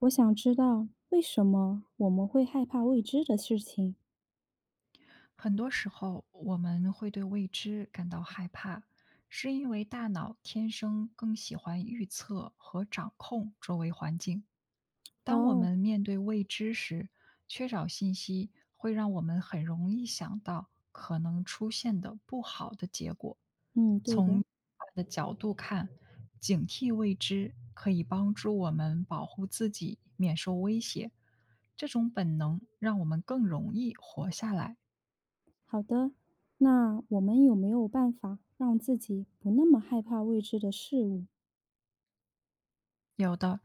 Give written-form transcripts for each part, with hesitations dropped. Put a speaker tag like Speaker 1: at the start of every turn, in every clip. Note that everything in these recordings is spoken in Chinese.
Speaker 1: 我想知道为什么我们会害怕未知的事情。
Speaker 2: 很多时候，我们会对未知感到害怕，是因为大脑天生更喜欢预测和掌控周围环境。当我
Speaker 1: 哦，
Speaker 2: 们面对未知时，缺少信息会让我们很容易想到可能出现的不好的结果。
Speaker 1: 嗯，对的，
Speaker 2: 从的角度看，警惕未知可以帮助我们保护自己免受威胁。这种本能让我们更容易活下来。
Speaker 1: 好的。那我们有没有办法让自己不那么害怕未知的事物？
Speaker 2: 有的，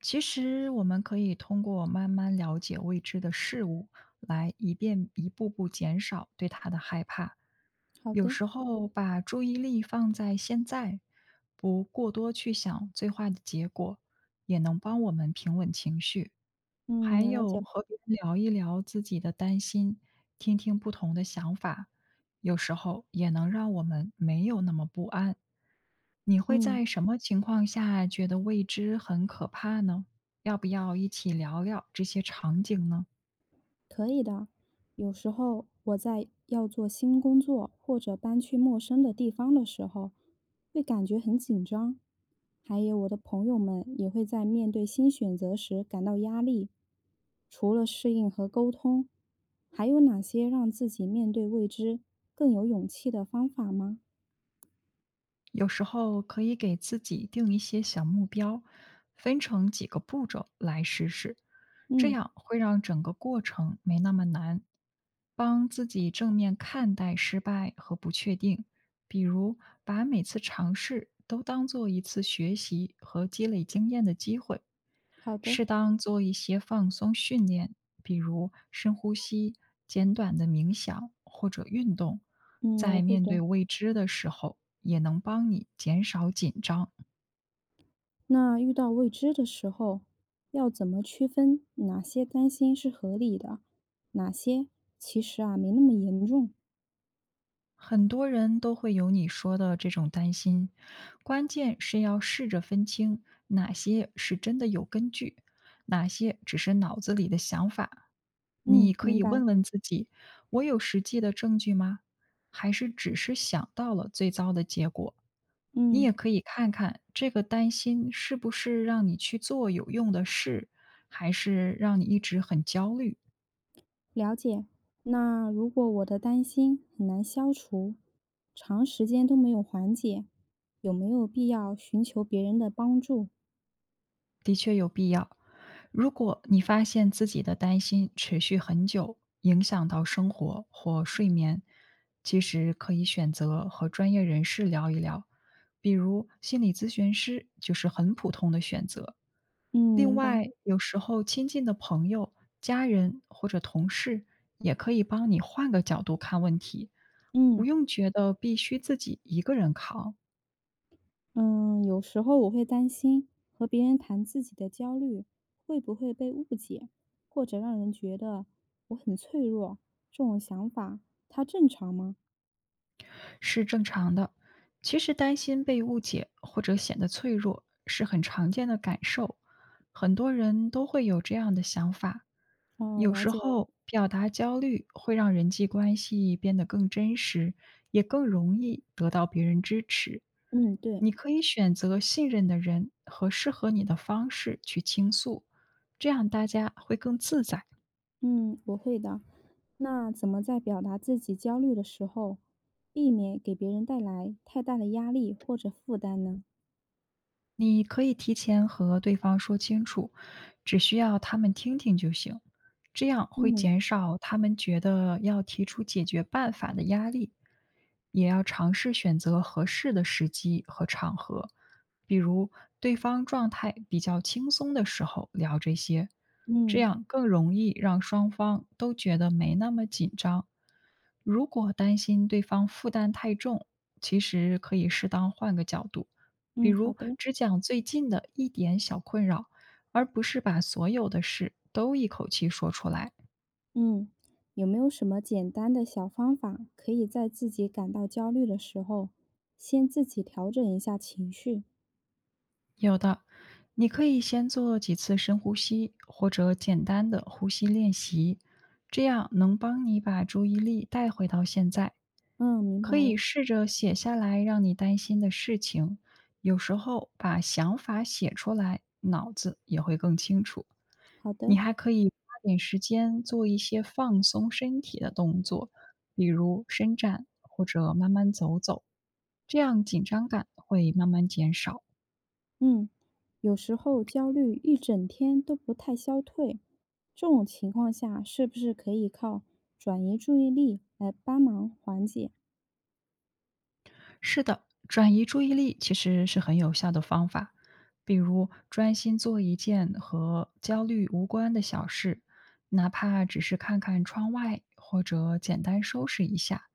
Speaker 2: 其实我们可以通过慢慢了解未知的事物，来一步步减少对它的害怕。
Speaker 1: 好
Speaker 2: 有
Speaker 1: 的，
Speaker 2: 时候把注意力放在现在，不过多去想最坏的结果，也能帮我们平稳情绪。
Speaker 1: 嗯，
Speaker 2: 还
Speaker 1: 了
Speaker 2: 有
Speaker 1: 解，
Speaker 2: 和别人聊一聊自己的担心，听听不同的想法，有时候也能让我们没有那么不安。你会
Speaker 1: 嗯。
Speaker 2: 在什么情况下觉得未知很可怕呢？要不要一起聊聊这些场景呢？
Speaker 1: 可以的，有时候我在要做新工作或者搬去陌生的地方的时候，会感觉很紧张。还有我的朋友们也会在面对新选择时感到压力。除了适应和沟通，还有哪些让自己面对未知更有勇气的方法吗？
Speaker 2: 有时候可以给自己定一些小目标，分成几个步骤来实施，这
Speaker 1: 嗯，
Speaker 2: 样会让整个过程没那么难，帮自己正面看待失败和不确定。比如，把每次尝试都当做一次学习和积累经验的机会，
Speaker 1: 好的，
Speaker 2: 适当做一些放松训练，比如深呼吸、简短的冥想或者运动，
Speaker 1: 嗯，我
Speaker 2: 在
Speaker 1: 会
Speaker 2: 面
Speaker 1: 的。
Speaker 2: 对未知的时候，也能帮你减少紧张。
Speaker 1: 那遇到未知的时候，要怎么区分哪些担心是合理的，哪些其实啊没那么严重？
Speaker 2: 很多人都会有你说的这种担心，关键是要试着分清哪些是真的有根据，哪些只是脑子里的想法。你
Speaker 1: 嗯，
Speaker 2: 可
Speaker 1: 明
Speaker 2: 以
Speaker 1: 白。
Speaker 2: 问问自己：我有实际的证据吗？还是只是想到了最糟的结果？你
Speaker 1: 嗯，
Speaker 2: 也可以看看这个担心是不是让你去做有用的事，还是让你一直很焦虑，
Speaker 1: 了解。那如果我的担心很难消除，长时间都没有缓解，有没有必要寻求别人的帮助？
Speaker 2: 的确有必要。如果你发现自己的担心持续很久，影响到生活或睡眠，其实可以选择和专业人士聊一聊，比如心理咨询师就是很普通的选择。
Speaker 1: 嗯，
Speaker 2: 另
Speaker 1: 明白。
Speaker 2: 外，有时候亲近的朋友、家人或者同事也可以帮你换个角度看问题，不
Speaker 1: 嗯。
Speaker 2: 用觉得必须自己一个人扛，
Speaker 1: 嗯，有时候我会担心和别人谈自己的焦虑，会不会被误解，或者让人觉得我很脆弱。这种想法，它正常吗？
Speaker 2: 是正常的。其实担心被误解或者显得脆弱是很常见的感受，很多人都会有这样的想法。
Speaker 1: 哦，
Speaker 2: 有
Speaker 1: 了
Speaker 2: 时
Speaker 1: 解了。
Speaker 2: 候表达焦虑会让人际关系变得更真实，也更容易得到别人支持。
Speaker 1: 嗯，对，
Speaker 2: 你可以选择信任的人和适合你的方式去倾诉，这样大家会更自在。
Speaker 1: 嗯，我会的。那怎么在表达自己焦虑的时候，避免给别人带来太大的压力或者负担呢？
Speaker 2: 你可以提前和对方说清楚，只需要他们听听就行，这样会
Speaker 1: 嗯
Speaker 2: 减少他们觉得要提出解决办法的压力。也要尝试选择合适的时机和场合，比如对方状态比较轻松的时候聊这些，这
Speaker 1: 嗯
Speaker 2: 样更容易让双方都觉得没那么紧张。如果担心对方负担太重，其实可以适当换个角度。比
Speaker 1: 嗯，好
Speaker 2: 如
Speaker 1: 的。
Speaker 2: 只讲最近的一点小困扰，而不是把所有的事都一口气说出来。
Speaker 1: 嗯，有没有什么简单的小方法，可以在自己感到焦虑的时候，先自己调整一下情绪？
Speaker 2: 有的，你可以先做几次深呼吸，或者简单的呼吸练习，这样能帮你把注意力带回到现在。
Speaker 1: 嗯，明白
Speaker 2: 可以
Speaker 1: 了。
Speaker 2: 试着写下来让你担心的事情，有时候把想法写出来，脑子也会更清楚。
Speaker 1: 好的，
Speaker 2: 你还可以花点时间做一些放松身体的动作，比如伸展或者慢慢走走，这样紧张感会慢慢减少。
Speaker 1: 嗯，有时候焦虑一整天都不太消退，这种情况下是不是可以靠转移注意力来帮忙缓解？
Speaker 2: 是的，转移注意力其实是很有效的方法，比如专心做一件和焦虑无关的小事，哪怕只是看看窗外或者简单收拾一下。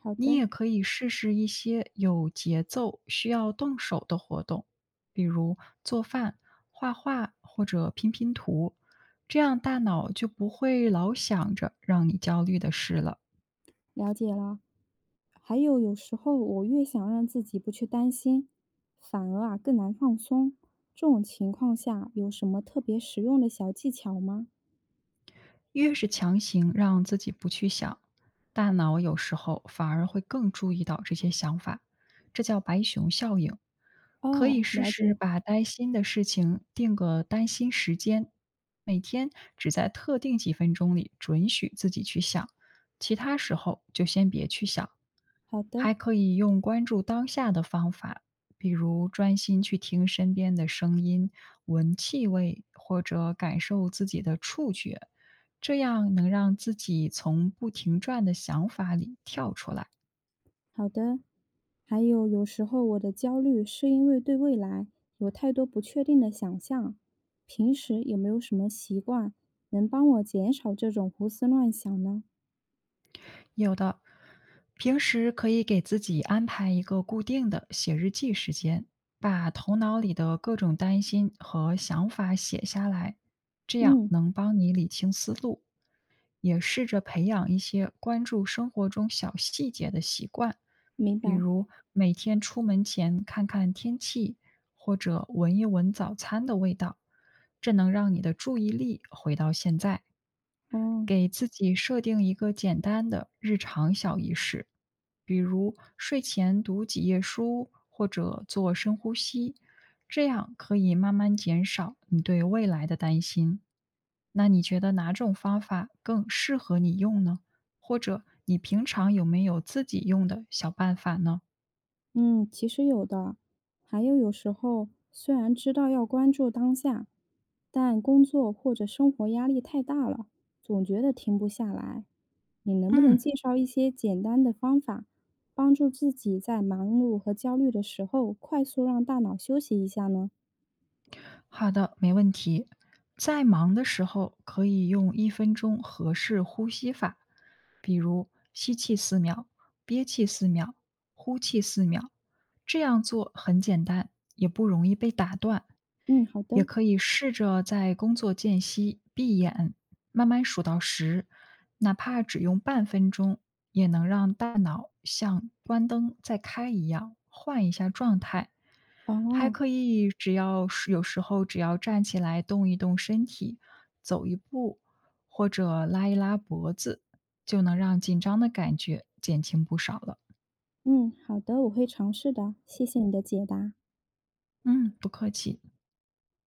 Speaker 1: 好
Speaker 2: 你
Speaker 1: 的。
Speaker 2: 也可以试试一些有节奏、需要动手的活动，比如做饭、画画或者拼拼图，这样大脑就不会老想着让你焦虑的事了。
Speaker 1: 了解了。还有，有时候我越想让自己不去担心，反而啊更难放松。这种情况下，有什么特别实用的小技巧吗？
Speaker 2: 越是强行让自己不去想，大脑有时候反而会更注意到这些想法，这叫白熊效应。可
Speaker 1: 哦，
Speaker 2: 以试
Speaker 1: 了
Speaker 2: 试
Speaker 1: 解。
Speaker 2: 把担心的事情定个担心时间，每天只在特定几分钟里准许自己去想，其他时候就先别去想。
Speaker 1: 好的，
Speaker 2: 还可以用关注当下的方法，比如专心去听身边的声音、闻气味，或者感受自己的触觉，这样能让自己从不停转的想法里跳出来。
Speaker 1: 好的。还有，有时候我的焦虑是因为对未来有太多不确定的想象。平时有没有什么习惯能帮我减少这种胡思乱想呢？
Speaker 2: 有的，平时可以给自己安排一个固定的写日记时间，把头脑里的各种担心和想法写下来，这样
Speaker 1: 嗯，
Speaker 2: 能帮你理清思路。也试着培养一些关注生活中小细节的习惯，
Speaker 1: 明
Speaker 2: 比
Speaker 1: 白。
Speaker 2: 如每天出门前看看天气，或者闻一闻早餐的味道，这能让你的注意力回到现在。
Speaker 1: 哦。
Speaker 2: 给自己设定一个简单的日常小仪式，比如睡前读几页书，或者做深呼吸，这样可以慢慢减少你对未来的担心。那你觉得哪种方法更适合你用呢？或者你平常有没有自己用的小办法呢？
Speaker 1: 嗯，其实有的，还有有时候虽然知道要关注当下，但工作或者生活压力太大了，总觉得停不下来。你能不能
Speaker 2: 嗯。
Speaker 1: 介绍一些简单的方法，帮助自己在忙碌和焦虑的时候，快速让大脑休息一下呢？
Speaker 2: 好的，没问题。在忙的时候，可以用1分钟合适呼吸法，比如吸气四秒，憋气四秒，呼气四秒。这样做很简单，也不容易被打断，
Speaker 1: 嗯，好的。
Speaker 2: 也可以试着在工作间隙闭眼，慢慢数到10，哪怕只用半分钟，也能让大脑像关灯再开一样换一下状态。还
Speaker 1: 哦，
Speaker 2: 可以，只要是有时候只要站起来动一动身体，走一步，或者拉一拉脖子，就能让紧张的感觉减轻不少了。
Speaker 1: 嗯，好的，我会尝试的，谢谢你的解答。
Speaker 2: 嗯，不客气。